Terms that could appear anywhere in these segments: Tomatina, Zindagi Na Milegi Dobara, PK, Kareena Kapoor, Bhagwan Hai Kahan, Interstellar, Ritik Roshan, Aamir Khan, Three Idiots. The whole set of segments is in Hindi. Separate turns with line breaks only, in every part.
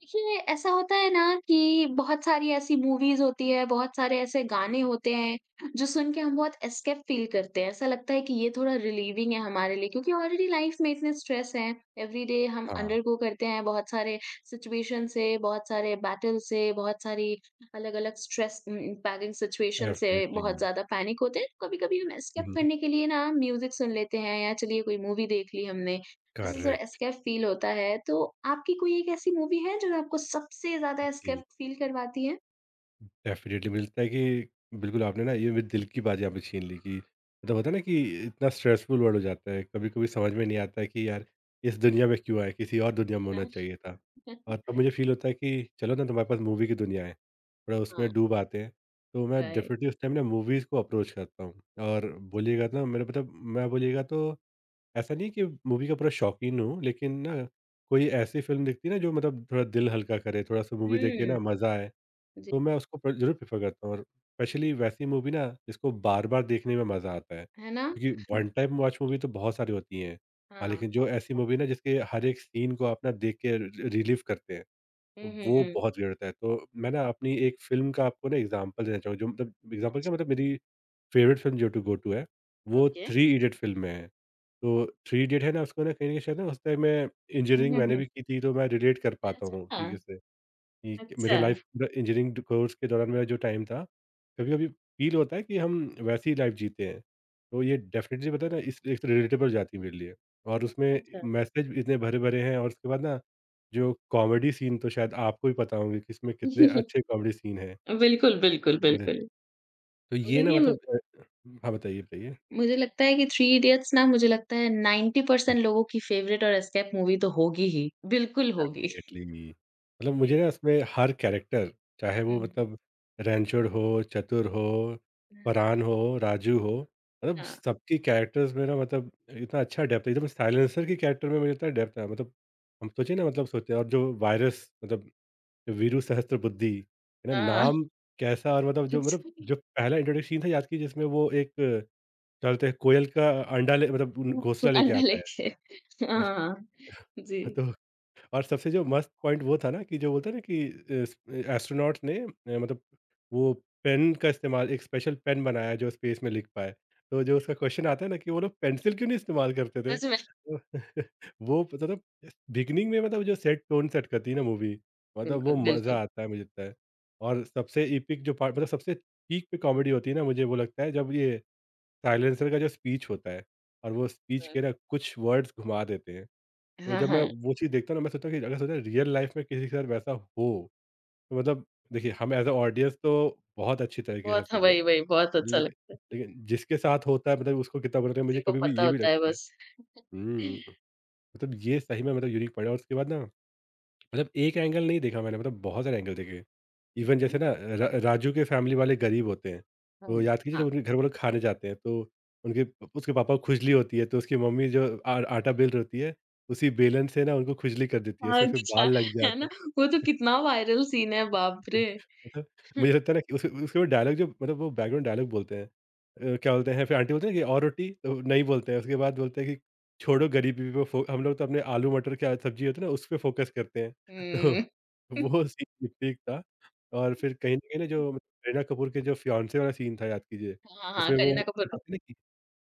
देखिए, ऐसा होता है ना कि बहुत सारी ऐसी मूवीज़ होती है, बहुत सारे ऐसे गाने होते हैं, जो सुन के हम बहुत एस्केप फ़ील करते हैं। ऐसा लगता है कि ये थोड़ा रिलीविंग है हमारे लिए क्योंकि ऑलरेडी लाइफ़ में इतने स्ट्रेस हैं, एवरीडे हम
हाँ,
अंडरगो करते हैं बहुत सारे सिचुएशन से, बहुत सारे बैटल से, बहुत सारी अलग-अलग स्ट्रेस इंपैगिंग सिचुएशन से बहुत
डेफ़िनेटली।
ज़्यादा पैनिक होते हैं। तो कभी-कभी हम एस्केप
हुँ,
करने के लिए ना म्यूज़िक सुन लेते हैं या चलिए कोई मूवी देख ली हमने। जैसे थोड़ा
करेक्ट।
एस्केप फील होता है, तो आपकी कोई एक ऐसी मूवी है जो आपको सबसे ज़्यादा एस्केप
जी,
फील करवाती है?
डेफ़िनेटली मिलता है कि बिल्कुल आपने ना ये मेरे दिल की बात यहाँ पे छीन ली कि मतलब होता है ना कि इतना स्ट्रेसफुल वर्ल्ड हो जाता है, कभी-कभी समझ में नहीं आता है कि यार इस दुनिया में क्यों आए, किसी और दुनिया में होना
है
चाहिए था।
ना?
और तब मुझे फ़ील होता है कि चलो ना तुम्हारे पास मूवी की दुनिया है, थोड़ा
हाँ,
उसमें डूब आते हैं। तो मैं
राइट।
डेफ़िनेटली उस टाइम ना मूवीज़ को अप्रोच करता हूँ और बोलिएगा ना मेरा मतलब मैं बोलिएगा तो ऐसा नहीं है कि मूवी का पूरा शौकीन हूँ, लेकिन ना कोई ऐसी फ़िल्म दिखती है ना जो मतलब थोड़ा दिल हल्का करे, थोड़ा-सा मूवी देख के ना
हुँ,
मज़ा आए,
जी।
तो मैं उसको प्र ज़रूर प्रेफ़र करता हूँ और स्पेशली वैसी मूवी ना जिसको बार-बार देखने में मज़ा आता है।
है ना?
क्योंकि वन टाइम वॉच मूवी तो बहुत सारी होती हैं। हाँ, लेकिन
हाँ।
जो ऐसी मूवी ना जिसके हर एक सीन को आप ना देख के रि रिलीव करते हैं,
हुँ, हुँ,
वो
हुँ।
बहुत रेयर होता है। तो मैं ना अपनी एक फ़िल्म का आपको ना एग्ज़ाम्पल देना चाहूँगा जो मतलब एग्ज़ाम्पल क्या
अच्छा,
मतलब मेरी फ़ेवरेट फ़िल्म जो टू गो टू है, वो
ओके।
थ्री इडियट फ़िल्म है। तो थ्री इडियट है ना, उसको ना कहीं न कहीं शायद ना उस टाइम मैं
हुँ,
इंजीनियरिंग
हुँ,
मैंने
हुँ।
भी की थी, तो मैं रिलेट कर पाता हूँ
अच्छा,
ठीक से कि मेरे
अच्छा,
लाइफ पूरा इंजीनियरिंग कोर्स के दौरान मेरा जो टाइम था, कभी-कभी फ़ील होता है कि हम वैसी लाइफ जीते हैं। तो ये डेफ़िनेटली पता है ना इस एक तो रिलेटेबल जाती है मेरे लिए और उसमें
अच्छा।
मैसेज इतने भरे-भरे हैं और उसके बाद ना जो कॉमेडी सीन तो शायद आपको भी पता होंगे कि इसमें कितने अच्छे कॉमेडी सीन हैं।
बिल्कुल, बिल्कुल,
मेरे
बिल्कुल।
तो
हुँ।
ये ना मतलब अ, हाँ बताइए, बताइए?
मुझे लगता है कि थ्री इडियट्स ना मुझे लगता है 90% लोगों की फ़ेवरेट और एस्केप मूवी तो होगी ही। बिल्कुल होगी।
डेफ़िनिटली मतलब
जी।
मुझे ना इसमें हर कैरेक्टर चाहे वो
हुँ।
मतलब रैनचोड़ हो, चतुर हो, फरहान हो, राजू हो, मतलब
हाँ,
सबकी कैरेक्टर्स में ना मतलब इतना अच्छा डेप्थ है, एकदम साइलेंसर की कैरेक्टर में मुझे इतना डेप्थ है, मतलब हम सोचिए ना मतलब सोचते हैं। और जो वायरस मतलब जो वीरू सहस्त्रबुद्धि है ना
हाँ।
नाम, कैसा और मतलब
अच्छा,
जो पहला इंट्रोडक्शन सीन था याद कीजिए, जिसमें वो एक क्या बोलते हैं कोयल का अंडा ले मतलब घोंसला लेके
अंडा
आता है।
लेके
अरे!
हाँ, जी।
तो और सबसे जो मस्त पॉइंट वो था ना कि जो बोलते हैं ना कि एस्ट्रोनॉट्स ने मतलब वो पेन का इस्तेमाल, एक स्पेशल पेन बनाया जो स्पेस में लिख पाए, तो जो उसका क्वेश्चन आता है ना कि वो लोग पेंसिल क्यों नहीं इस्तेमाल करते थे,
सच में
तो वो मतलब बिगनिंग में मतलब जो सेट टोन सेट करती है ना मूवी, मतलब वो
बिल्कुल, बिल्कुल।
मज़ा आता है मुझे लगता है। और सबसे इपिक जो पार्ट मतलब सबसे पीक पे कॉमेडी होती है ना मुझे वो लगता है जब ये साइलेंसर का जो स्पीच होता है और वो स्पीच के ना कुछ वर्ड्स घुमा देते हैं,
हाँ,
तो
हाँ,
जब मैं
हाँ।
वो चीज़ देखता हूँ ना मैं सोचता हूँ कि अगर सोचा रियल लाइफ में किसी के साथ वैसा हो, तो मतलब देखिए हम एज़ अ ऑडियंस तो बहुत अच्छी तरीके से
बहुत हाँ,
हँसेंगे।
वही, वही बहुत अच्छा लगता है।
लेकिन लेकिन जिसके साथ होता है मतलब उसको कितना बुरा लगेगा, मुझे
उसी को
कभी-कभी
पता
ये भी
होता है
लगता है।
बस।
हुँ, मतलब ये सही में मतलब यूनिक पॉइंट है और उसके बाद ना मतलब एक एंगल नहीं देखा मैंने, मतलब बहुत सारे एंगल देखे। इवन
हुँ,
जैसे ना र राजू के फैमिली वाले गरीब होते हैं, तो
हुँ,
याद कीजिए
हाँ।
जब उनके घर वो लोग खाने जाते हैं तो उनके उसके पापा को खुजली होती है, तो उसकी मम्मी जो आ आटा बेल रही होती है, उसी बेलन से ना उनको खुजली कर देती है,
हाँ,
उससे फिर
कुछ हाँ,
बाल लग
है
जाता
ना?
है।
वो तो कितना वायरल सीन है, बाप रे!
मतलब मुझे लगता है ना कि उस उसके बाद डायलॉग जो मतलब वो बैकग्राउंड डायलॉग बोलते हैं, क्या बोलते हैं, फिर आंटी बोलते हैं कि और रोटी, तो नहीं बोलते हैं उसके बाद, बोलते हैं कि छोड़ो गरीबी पे फो, हम लोग तो अपने आलू मटर की सब्जी होती है ना उस पे फोकस करते हैं। तो
हुँ।
वो सीन ठीक था। और फिर कहीं ना जो मतलब करीना कपूर के जो फियांसे वाला सीन था याद कीजिए,
हाँ, हाँ,
जिसमें वो
करीना कपूर का
बताते हैं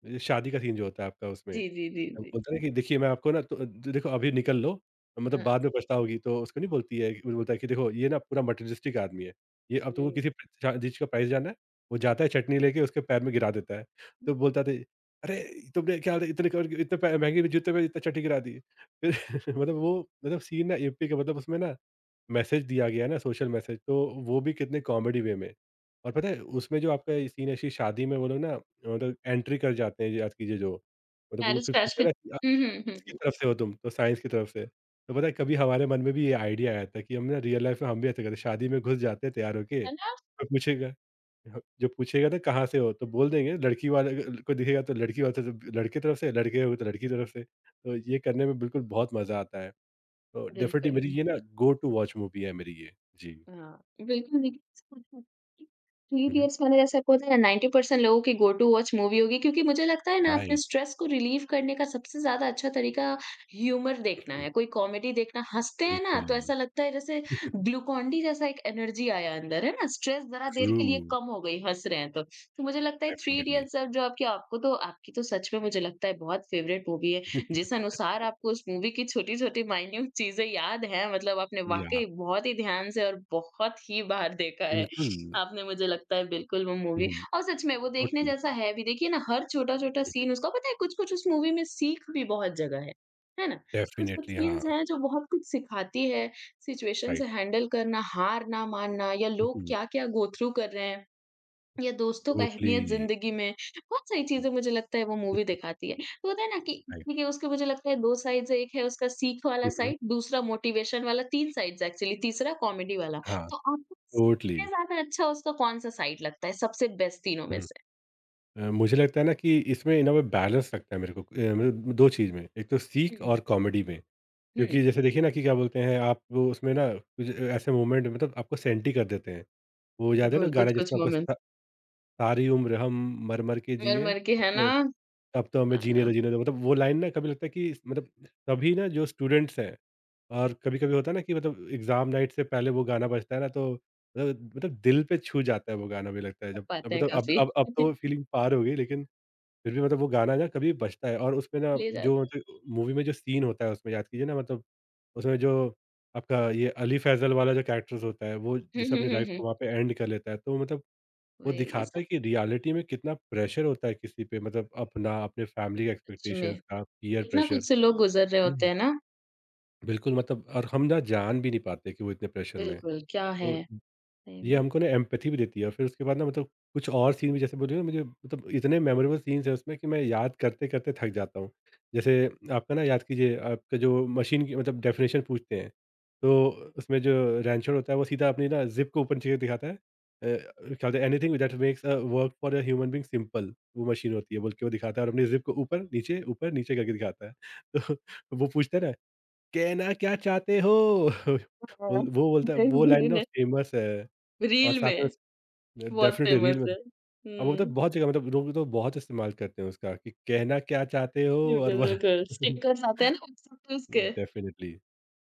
ना कि शादी का सीन जो होता है आपका उसमें,
जी, जी, जी,
अब
जी।
बोलता है ना कि देखिए मैं आपको ना तो देखो अभी निकल लो, मतलब
हाँ,
बाद में पछताओगी तो, उसको नहीं बोलती है, वो बोलता है कि देखो ये ना पूरा मटेरियलिस्टिक आदमी है। ये अब तुमको
हुँ।
किसी प्र च चीज़ का प्राइस जानना है? वो जाता है चटनी लेके उसके पैर में गिरा देता है। तो बोलता था, अरे तुमने क्या इतने क इतने पै महँगे भी जूते पे इतना चटनी गिरा दी। फिर मतलब वो मतलब सीन ना एपी का, मतलब उसमें ना मैसेज दिया गया है ना सोशल मैसेज, तो वो भी कितने कॉमेडी वे में। और पता है उसमें जो आपका ये सीन है इसकी शादी में वो लोग ना मतलब एंट्री कर जाते हैं, आज कीजिए जो मतलब वो
मैरिज
फिर
पैश
पूछा
के
ना कि आप
हुँ, हुँ,
किसकी
हुँ।
तरफ से हो तुम? तो साइंस की तरफ से। तो पता है कभी हमारे मन में भी ये आइडिया आया था कि हम ना रियल लाइफ में हम भी ऐसा करते, शादी में घुस जाते हैं तैयार होके,
है ना?
कोई पूछेगा ह जो पूछेगा ना कहाँ से हो? तो बोल देंगे लड़की वाले को दिखेगा तो लड़की वाले तरफ, लड़के तरफ से, लड़के हो तो लड़की तरफ से। तो ये करने में बिल्कुल बहुत मज़ा आता है। तो डेफिनिटली
बिल्कुल।
मेरी हुँ। ये ना गो टू वॉच मूवी है मेरी ये। जी।
हाँ, बिल्कुल देखिए ऐसा होता है कि थ्री
हुँ, हुँ।
इडियट्स मैंने जैसे आपको बताया 90% लोगों की गो टू वॉच मूवी होगी क्योंकि मुझे लगता है ना अपने
राइट।
स्ट्रेस को रिलीव करने का सबसे ज़्यादा अच्छा तरीका ह्यूमर देखना है, कोई कॉमेडी देखना हँसते हैं ना
बिल्कुल,
तो ऐसा लगता है जैसे ग्लूकॉन डी जैसा एक एनर्जी आया अंदर, है ना? स्ट्रेस ज़रा देर
ट्रू,
के लिए कम हो गई हँस रहे हैं तो। तो मुझे लगता है थ्री
डेफिनिटली।
इडियट्स जो आपकी आपको तो आपकी तो सच में मुझे लगता है बहुत फेवरेट मूवी है। जिस अनुसार आपको उस मूवी की छोटी-छोटी माइन्यूट चीज़ें याद हैं मतलब आपने
या
वाक़ई बहुत ही ध्यान से और बहुत ही बार देखा है।
बिल्कुल।
आपने मुझे लगता है बिल्कुल वो
हुँ,
मूवी
हुँ,
और सच में वो देखने
टोटली।
जैसा है भी। देखिए ना हर छोटा-छोटा सीन उसका पता है कुछ-कुछ उस मूवी में सीख भी बहुत जगह है। है ना? कुछ-कुछ
डेफ़िनेटली, हाँ,
सीन्स हैं जो बहुत कुछ सिखाती है, सिचुएशन से
राइट।
हैंडल करना, हार ना मानना या लोग
हुँ,
क्या-क्या गो थ्रू कर रहे हैं। या दोस्तों का
टोटली,
अहमियत ज़िंदगी में, बहुत सारी चीज़ें मुझे लगता है वो मूवी दिखाती है। तो होता है ना कि
राइट।
देखिए उसके मुझे लगता है 2 साइड्स है, एक है उसका सीख वाला
हुँ, हुँ,
साइड, दूसरा मोटिवेशन वाला, 3 साइड्स एक्चुअली, तीसरा कॉमेडी वाला।
हाँ,
तो आपको
टोटली।
सबसे ज़्यादा अच्छा उसका कौन-सा साइड लगता है, सबसे बेस्ट तीनों में
हुँ,
से?
मुझे लगता है ना कि इसमें इन अ वे बैलेंस लगता है मेरे को, मतलब 2 चीज़ में, एक तो सीख
हुँ।
और कॉमेडी में। क्योंकि
हुँ,
जैसे देखिए ना कि क्या बोलते हैं आप, वो उसमें ना कुछ ऐसे मोमेंट मतलब आपको सेंटी कर देते हैं। वो याद है ना
बिल्कुल,
गाना
कुछ-कुछ
जिसमें आपको
मोमेंट्स
स सारी उम्र हम मर-मर के जिए
मर-मर के है
अपनों,
ना
अब तो हमें जीने
गाना
दो, जीने दो, मतलब वो लाइन ना कभी लगता है कि मतलब तभी ना जो स्टूडेंट्स हैं और कभी-कभी होता है ना कि मतलब एग्ज़ाम नाइट से पहले वो गाना बजता है ना तो मतलब मतलब दिल पे छू जाता है वो गाना, मुझे लगता है
खप
जब
पाते हैं
मतलब अब
काफ़ी,
अब अब तो फीलिंग पार हो गई, लेकिन फिर भी मतलब वो गाना ना कभी बजता है और उसमें ना
ले
जो
जाता है।
मतलब मूवी में जो सीन होता है उसमें याद कीजिए ना मतलब उसमें जो आपका ये अली फैज़ल वाला जो कैरेक्टर्स होता है वो
हुँ,
जैसे
हुँ,
अपनी
हुँ,
लाइफ़
हुँ।
को वहाँ पे एंड कर लेता है, तो मतलब वो
वही, ये
दिखाता
सब
है कि रियलिटी में कितना प्रेशर होता है किसी पे, मतलब अपना, अपने फैमिली का
सच में,
एक्सपेक्टेशंस का, पीयर
इतना
प्रेशर।
कुछ से लोग गुज़र रहे होते
हम्म,
हैं ना।
बिल्कुल, मतलब और हम ना जान भी नहीं पाते कि वो इतने प्रेशर में हैं।
बिल्कुल, क्या है,
तो
सही
ये
में।
हमको ना एम्पैथी भी देती है और फिर उसके बाद ना मतलब कुछ और सीन भी, जैसे बोलिए ना मुझे, मतलब इतने मेमोरेबल सीन्स हैं उसमें कि मैं याद करते-करते थक जाता हूँ। जैसे आपका ना याद कीजिए आपका जो मशीन की मतलब डेफ़िनेशन पूछते हैं, तो उसमें जो रैंचर होता है वो सीधा अपनी ना ज़िप को ऊपर नीचे दिखाता है। क्या बोलते हैं anything that makes a work for a human being simple, वो मशीन होती है बोल के वो दिखाता है और अपनी ज़िप को ऊपर, नीचे करके दिखाता है। तो वो पूछता है ना, कहना क्या चाहते हो? वो
हाँ,
वो बोलता है वो लाइन
देखिए
ना
ना,
फ़ेमस है। और
रील
साथ में
में
उस
बहुत
डेफ़िनेटली रील
फ़ेमस
में।
है।
अब वो मतलब
हुँ,
बहुत जगह मतलब लोग तो बहुत इस्तेमाल करते हैं उसका कि कहना क्या चाहते हो और
बिल्कुल,
बोला
बिल्कुल, स्टिकर्स आते हैं ना व्हाट्सएप पे उसके।
डेफ़िनेटली।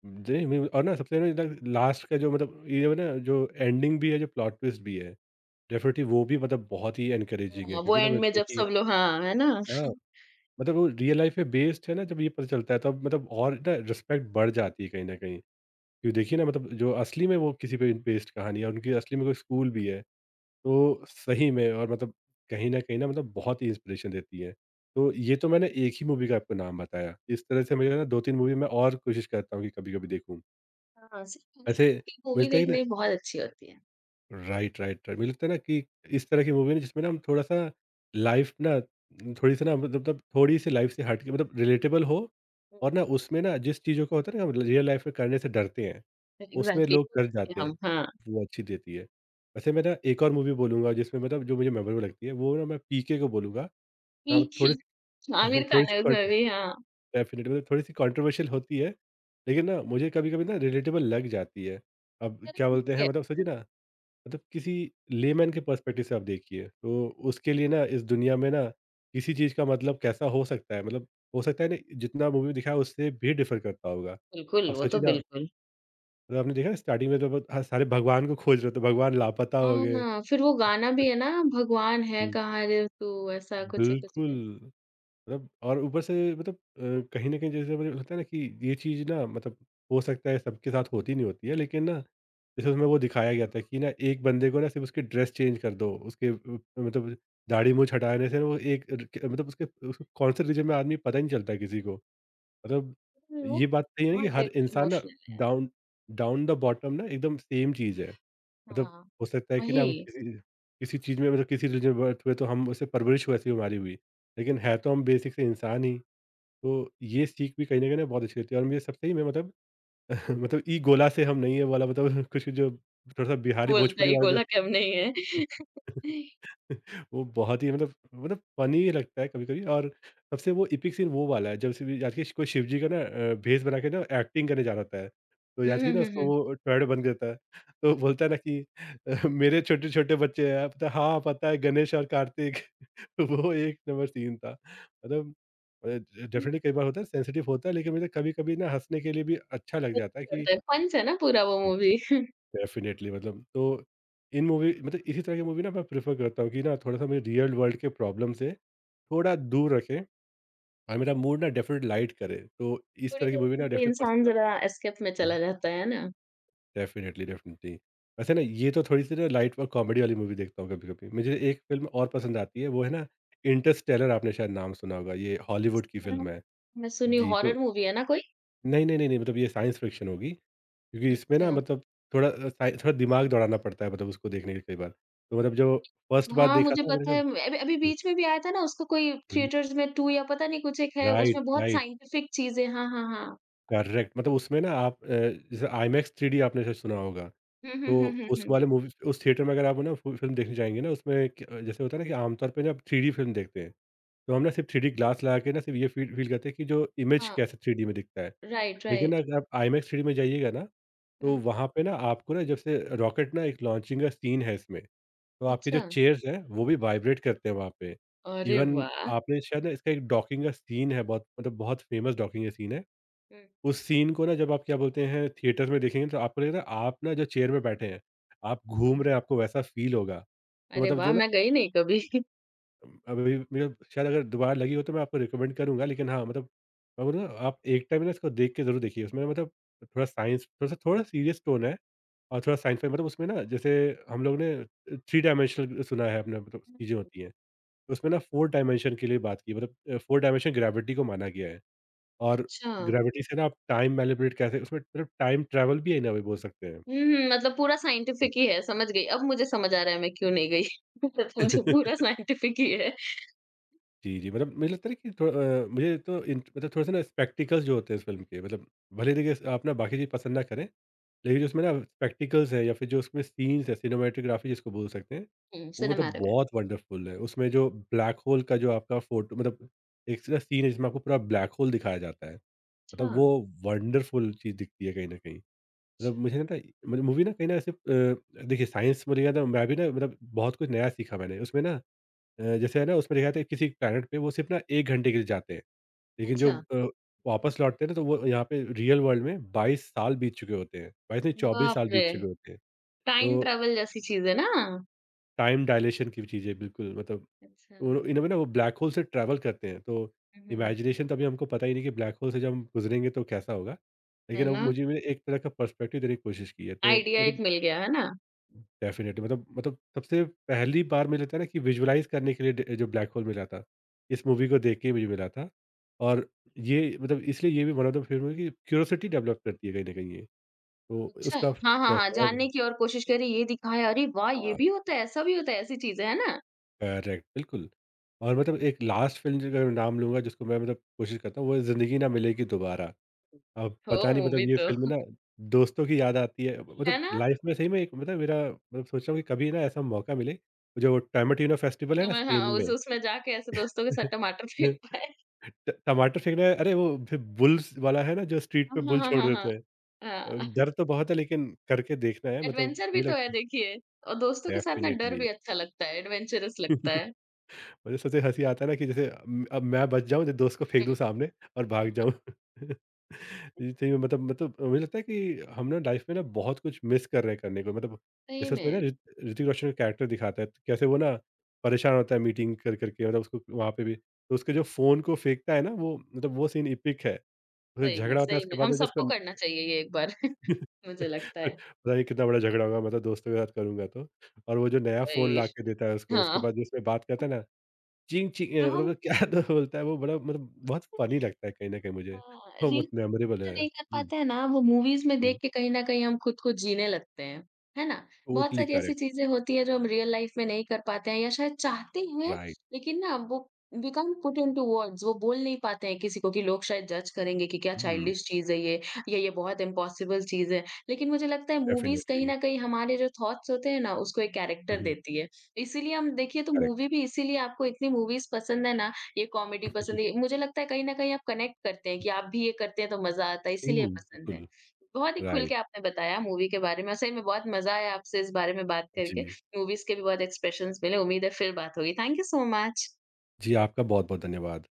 जी, मैं और ना सबसे ज़्यादा लास्ट का जो मतलब ये ना जो एंडिंग भी है, जो प्लॉट ट्विस्ट भी है, डेफ़िनेटली वो भी मतलब बहुत ही एनकरेजिंग है
हाँ, वो
क्योंकि ना
एंड में
मतलब
जब
कि
सब लोग हाँ, है ना?
हाँ, मतलब वो रियल लाइफ़ पे बेस्ड है ना। जब ये पता चलता है तब मतलब और ना रिस्पेक्ट बढ़ जाती है कहीं न कहीं। क्योंकि देखिए ना, मतलब जो असली में वो किसी पे बेस्ड कहानी है और उनकी असली में कोई स्कूल भी है। तो सही में और मतलब कहीं न मतलब बहुत ही इंस्पिरेशन देती है। तो ये तो मैंने एक ही मूवी का आपको नाम बताया। इस तरह से मुझे ना 2-3 मूवी मैं और कोशिश करता हूँ कि कभी-कभी देखूँ।
हाँ, सही में
वैसे
ये
मुझे
मूवी
लगता है कि ना
देखने में बहुत अच्छी होती है।
Right, right, right. मुझे लगता है ना कि इस तरह की मूवी ना जिसमें ना हम थोड़ा-सा लाइफ ना थोड़ी-सी ना मतलब थोड़ी-सी लाइफ से हट के मतलब रिलेटेबल हो
हुँ,
और ना उसमें ना जिस चीज़ों का होता है ना हम रियल लाइफ में करने से डरते हैं, उसमें
एग्ज़ैक्टली
लोग कर जाते
हम
हैं।
हाँ,
वो अच्छी देती है। वैसे मैं ना एक और मूवी बोलूँगा जिसमें मतलब जो मुझे मेमोरेबल लगती है वो ना मैं पीके को बोलूँगा। हाँ,
ठीक है,
थोड़ी-सी
आमिर खान
थोड़ी-सी
है
कॉन
उसमें भी हाँ,
डेफ़िनिटली। मतलब थोड़ी-सी कंट्रोवर्शियल होती है, लेकिन ना मुझे कभी-कभी ना रिलेटेबल लग जाती है। अब
अरे,
क्या
ठीक
बोलते हैं
है,
मतलब सोचिए ना मतलब किसी लेमैन के पर्सपेक्टिव से आप देखिए तो उसके लिए ना इस दुनिया में ना किसी चीज़ का मतलब कैसा हो सकता है मतलब हो सकता है ना जितना मूवी में दिखाया उससे भी डिफर करता होगा।
बिल्कुल,
आप
वो तो
सोचिए ना
बिल्कुल।
मतलब आपने देखा, स्टार्टिंग में तो बहुत- हाँ, सारे भगवान को खोज रहे थे भगवान लापता हो गए।
हाँ, फिर वो गाना भी है ना भगवान है
हम्म,
कहाँ रे तू ऐसा कुछ है कुछ
बिल्कुल
में।
मतलब और ऊपर से मतलब कहीं ना कहीं जैसे मुझे लगता है ना कि ये चीज़ ना मतलब हो सकता है सबके साथ होती नहीं होती है लेकिन ना जैसे उसमें वो दिखाया गया था कि ना एक बंदे को ना सिर्फ़ उसकी ड्रेस चेंज कर दो, उसके मतलब दाढ़ी मूँछ हटाने से ना वो एक क मतलब उसके उसको कौन-से रीजन में आदमी पता ही नहीं चलता है किसी को। मतलब
वो
ये बात सही है ना कि
बहुत
हर
एक
इंसान ना
emotional
down down the bottom ना एकदम सेम चीज़ है।
है।
मतलब
हाँ,
हो सकता है कि ना हम
वही।
किसी किसी चीज़ में मतलब किसी रीजन में बर्थ हुए तो हम उससे परवरिश वैसी हमारी हुई। लेकिन है तो हम बेसिक से इंसान ही, तो ये सीख भी कहीं न कहीं ना बहुत अच्छी रहती है और मुझे सब सही में मतलब मतलब ई गोला से हम नहीं है वाला मतलब कुछ जो थोड़ा-सा बिहारी
बोलता
भोजपुरी
ही
वाला
गोला कम नहीं है।
जो वो बहुत ही मतलब फ़नी लगता है कभी-कभी। और सबसे वो एपिक सीन वो वाला है जब शिव याद कीजिए कोई शिव जी का ना भेष बना के ना एक्टिंग करने जा रहा होता है। तो
हुँ,
याद
हुँ,
कीजिए ना
हुँ,
उसको
हुँ।
वो टोरएडो बन के देता है। तो बोलता है ना कि मेरे छोटे-छोटे बच्चे हैं पता हाँ, पता है गणेश और कार्तिक। वो एक नंबर सीन था। मतलब अ, डेफ़िनिटली कई बार होता है सेंसिटिव होता है लेकिन मुझे कभी-कभी ना हँसने के लिए भी अच्छा लग जाता है कि
होता है, फन था ना पूरा वो मूवी।
डेफिनेटली मतलब तो इन मूवी मतलब इसी तरह की मूवी ना मैं प्रेफर करता हूँ कि ना थोड़ा सा मुझे रियल वर्ल्ड के प्रॉब्लम से थोड़ा दूर रखें और मेरा मूड ना डेफिनेट लाइट करे तो इस
थोड़ी
तरह की
देर
मूवी
के
ना
लिए
डेफिनेट
इंसान
पसंद आती
ज़रा एस्केप में
है। हम्म,
चला जाता है ना?
Definitely definitely. वैसे ना ये तो थोड़ी सी ना लाइट और कॉमेडी वाली मूवी देखता हूँ। कभी कभी मुझे एक फिल्म और पसंद आती है वो है ना इंटरस्टेलर, आपने शायद नाम सुना होगा। ये
इस
हॉलीवुड की
तरह
फिल्म है।
मैं सुनी
जी, तो
हॉरर मूवी है ना कोई?
नहीं नहीं नहीं नहीं मतलब ये साइंस फिक्शन होगी क्योंकि इसमें ना
अच्छा।
मतलब थोड़ा साइ थोड़ा दिमाग दौड़ाना पड़ता है मतलब उसको देखने के कई बार। तो मतलब जो फर्स्ट बार
हाँ,
देखा
मुझे
था मैंने
पता है
कहा
अभी अभी
हुँ,
बीच में भी आया था ना उसका कोई
हुँ।
थिएटर्स में 2 या पता नहीं कुछ एक है
राइट,
उसमें बहुत
राइट,
साइंटिफिक चीज़ें हाँ, हाँ, हाँ।
करेक्ट मतलब उसमें ना आप जैसे आईमैक्स 3D आपने शायद सुना होगा।
हुँ, हुँ,
तो
हुँ, हुँ,
उस
हुँ।
वाले मूवी उस थिएटर में अगर आप ना फुल फ़िल्म देखने जाएँगे ना उसमें क जैसे होता है ना कि आमतौर पे ना आप 3D फ़िल्म देखते हैं। तो हम ना सिर्फ़ 3D ग्लास लगा के ना सिर्फ़ ये फ़ील फ़ील करते हैं कि जो इमेज
हाँ,
कैसे 3D में दिखता है।
राइट,
लेकिन
राइट।
अगर आप आईमैक्स 3D में जाइएगा ना, तो
हुँ,
वहाँ पे ना आपको ना जब से रॉकेट ना एक लॉन्चिंग का सीन है इसमें। तो आपके जो
अच्छा।
चेयर्स हैं, वो भी वाइब्रेट करते हैं वहाँ पे।
अरे
इवन
वाह!
आपने शायद ना इसका एक डॉकिंग का सीन है, बहुत मतलब बहुत फ़ेमस डॉकिंग का सीन है।
हुँ,
उस सीन को ना जब आप क्या बोलते हैं थिएटर में देखेंगे तो आपको लगेगा आप ना जो चेयर में बैठे हैं, आप घूम
हुँ।
रहे हैं आपको वैसा फ़ील होगा। तो
अरे
मतलब
वाह!
जो ना
मैं गई नहीं कभी।
अभी मतलब शायद अगर दोबारा लगी हो तो मैं आपको रिकमेंड करूँगा लेकिन हाँ, मतलब मैं बोलूँगा आप एक टाइम ना इसको देख के ज़रूर देखिए। उसमें मतलब थोड़ा साइंस थोड़ा-सा थोड़ा सीरियस टोन है और थोड़ा साइंस-फाई मतलब उसमें ना जैसे हम लोग ने थ्री डायमेंशनल सुना है अपने मतलब चीज़ें होती हैं। तो उसमें ना 4 डायमेंशन के लिए बात की मतलब 4 डायमेंशन ग्रेविटी को माना गया है और
अच्छा।
ग्रेविटी से ना आप टाइम मैनिपुलेट कैसे उसमें मतलब टाइम ट्रैवल भी है ना अभी बोल सकते हैं।
हुँ, हुँ, मतलब पूरा साइंटिफ़िक ही है, समझ गई। अब मुझे समझ आ रहा है मैं क्यों नहीं गई। मतलब मुझे पूरा साइंटिफ़िक ही है।
जी, जी, मतलब मुझे लगता है कि थोड़ा मुझे तो इन मतलब थोड़े-से ना स्पेक्टिकल्स जो होते हैं इस फ़िल्म के मतलब भले ही देखिए स- आप ना बाकी चीज़ पसंद ना करें, लेकिन जो उसमें ना स्पेक्टिकल्स है या फिर जो उसमें सीन्स है सिनेमैटोग्राफी जिसको बोल सकते हैं,
हुँ,
वो मतलब
सिनेमैटिक।
बहुत वंडरफुल है। उसमें जो ब्लैक होल का जो आपका फ़ोटो मतलब एक सीन है जिसमें आपको पूरा ब्लैक होल दिखाया जाता है।
अच्छा।
मतलब वो वंडरफुल चीज़ दिखती है कहीं न कहीं। मतलब
अच्छा।
मुझे ना था मतलब मूवी ना कहीं ना ऐसे देखिए साइंस में लिखा था मैं भी ना मतलब बहुत कुछ नया सीखा मैंने। उसमें ना जैसे है ना उसमें लिखा था किसी प्लैनेट पे वो सिर्फ़ ना 1 घंटे के लिए जाते हैं। लेकिन जो
अच्छा,
वापस लौटते हैं ना तो वो यहाँ पे रियल वर्ल्ड में 22 साल बीत चुके होते हैं। 22 नहीं
हुँ।
24
बाप
साल
रे!
बीत चुके होते हैं।
टाइम
तो
ट्रैवल जैसी चीज़ है ना?
टाइम डायलेशन की चीज़ें बिल्कुल मतलब
अच्छा।
और इनमें ना वो ब्लैक होल से ट्रैवल करते हैं तो
हुँ, हुँ।
इमेजिनेशन तो अभी हमको पता ही नहीं कि ब्लैक होल से जब हम गुजरेंगे तो कैसा होगा।
है
लेकिन अब
ना?
मुझे मैंने एक तरह का पर्सपेक्टिव देने की कोशिश की है तो
आइडिया
मतलब
एक मिल गया, है ना?
डेफिनेटली मतलब सबसे पहली बार मुझे लगता है ना कि विजुअलाइज करने के लिए डे- जो ब्लैक होल मिला था इस मूवी को देख के ही मुझे मिला था। और ये मतलब इसलिए ये भी वन ऑफ द फिल्म है कि क्यूरोसिटी डेवलप करती है कहीं ना कहीं ये, तो
अच्छा।
उसका
हाँ, हाँ,
प्लस
हाँ,
है। और
जानने की और कोशिश करी, ये दिखाया, अरे वाह! ये
हाँ,
भी होता है, ऐसा भी होता है, ऐसी चीज़ें, है ना?
करेक्ट, बिल्कुल। और मतलब एक लास्ट फ़िल्म जिनका मैं नाम लूँगा जिसको मैं मतलब कोशिश करता हूँ वो है ज़िंदगी ना मिलेगी दोबारा। अब
हो
पता नहीं मतलब
मूवी
ये फ़िल्म
तो,
ना दोस्तों की याद आती है
है
मतलब
ना?
लाइफ़ में सही में एक मतलब मेरा मतलब सोच रहा हूँ कि कभी ना ऐसा मौका मिले, जो टोमेटिनो फेस्टिवल है
तो
ना
मैं
स्पेन
हाँ, उस
में।
उसमें जाके ऐसे दोस्तों के साथ टमाटर फेंक पाए।
ट टमाटर फेंकना है अरे वो फिर बुल्स वाला है ना जो स्ट्रीट
हाँ,
पे
हाँ,
बुल
हाँ,
छोड़
हाँ,
देते
हाँ।
हैं। अ, डर
हाँ।
तो बहुत है लेकिन करके देखना है मतलब
एडवेंचर भी
मुझे
तो है
लगता है
देखिए और दोस्तों के साथ ना डर
डेफ़िनिटली।
भी अच्छा लगता है, एडवेंचरस लगता है।
मुझे सबसे हँसी आता है ना कि जैसे अब मैं बच जाऊँ तो दोस्त को फेंक दूँ
हुँ।
सामने और भाग जाऊँ। जी, सही में मतलब मुझे लगता है कि हम ना लाइफ में ना बहुत कुछ मिस कर रहे हैं करने को मतलब
सही
जैसे उसमें ना
में,
ऋत ऋतिक रोशन का कैरेक्टर दिखाता है तो कैसे वो ना परेशान होता है मीटिंग कर कर के मतलब उसको वहाँ पे भी तो उसके जो फ़ोन को फेंकता है ना वो मतलब वो सीन इपिक है। फिर
सही में,
झगड़ा होता है
सही में
उसके बाद
हम
में जिसको
सबको करना चाहिए ये एक बार मुझे
फिर
लगता है।
पता नहीं कितना बड़ा झगड़ा होगा मैं तो दोस्तों के साथ करूँगा तो। और वो जो नया फ़ोन
वही
ला के देता है उसको उसके
हाँ,
बाद जिसमें बात करता है ना चीं चीं
तो हम
मतलब क्या तो बोलता है वो बड़ा मतलब बहुत फ़नी लगता है कहीं न कहीं मुझे।
अ,
वो
जो
बहुत मेमोरेबल है।
नहीं कर
हुँ,
पाते हैं ना, वो मूवीज़ में देख
हुँ,
के कहीं न कहीं हम खुद को जीने लगते हैं, है ना? बहुत
टोटली
सारी ऐसी
करेक्ट।
चीज़ें होती हैं जो हम रियल लाइफ़ में नहीं कर पाते हैं या शायद चाहते हैं,
राइट।
लेकिन ना वो we can't put into words वो बोल नहीं पाते हैं किसी को कि लोग शायद जज करेंगे कि क्या
हुँ,
चाइल्डिश चीज़ है ये या ये बहुत इम्पॉसिबल चीज़ है। लेकिन मुझे लगता है मूवीज़ कहीं
डेफ़िनिटली।
न कहीं हमारे जो थॉट्स होते हैं ना, उसको एक कैरेक्टर
हुँ,
देती है। इसीलिए हम देखिए तो मूवी
करेक्ट।
भी इसीलिए आपको इतनी मूवीज़ पसंद है ना ये कॉमेडी
ट्रू।
पसंद है। मुझे लगता है कहीं न कहीं आप कनेक्ट करते हैं कि आप भी ये करते हैं तो मज़ा आता है, इसीलिए पसंद है।
बिल्कुल।
बहुत ही खुल
राइट।
के आपने बताया मूवी के बारे में और सही में बहुत मज़ा आया आपसे इस बारे में बात करके।
जी।
मूवीज़ के भी बहुत एक्सप्रेशंस मिले। उम्मीद है फिर बात होगी। Thank you so much.
जी, आपका बहुत-बहुत धन्यवाद।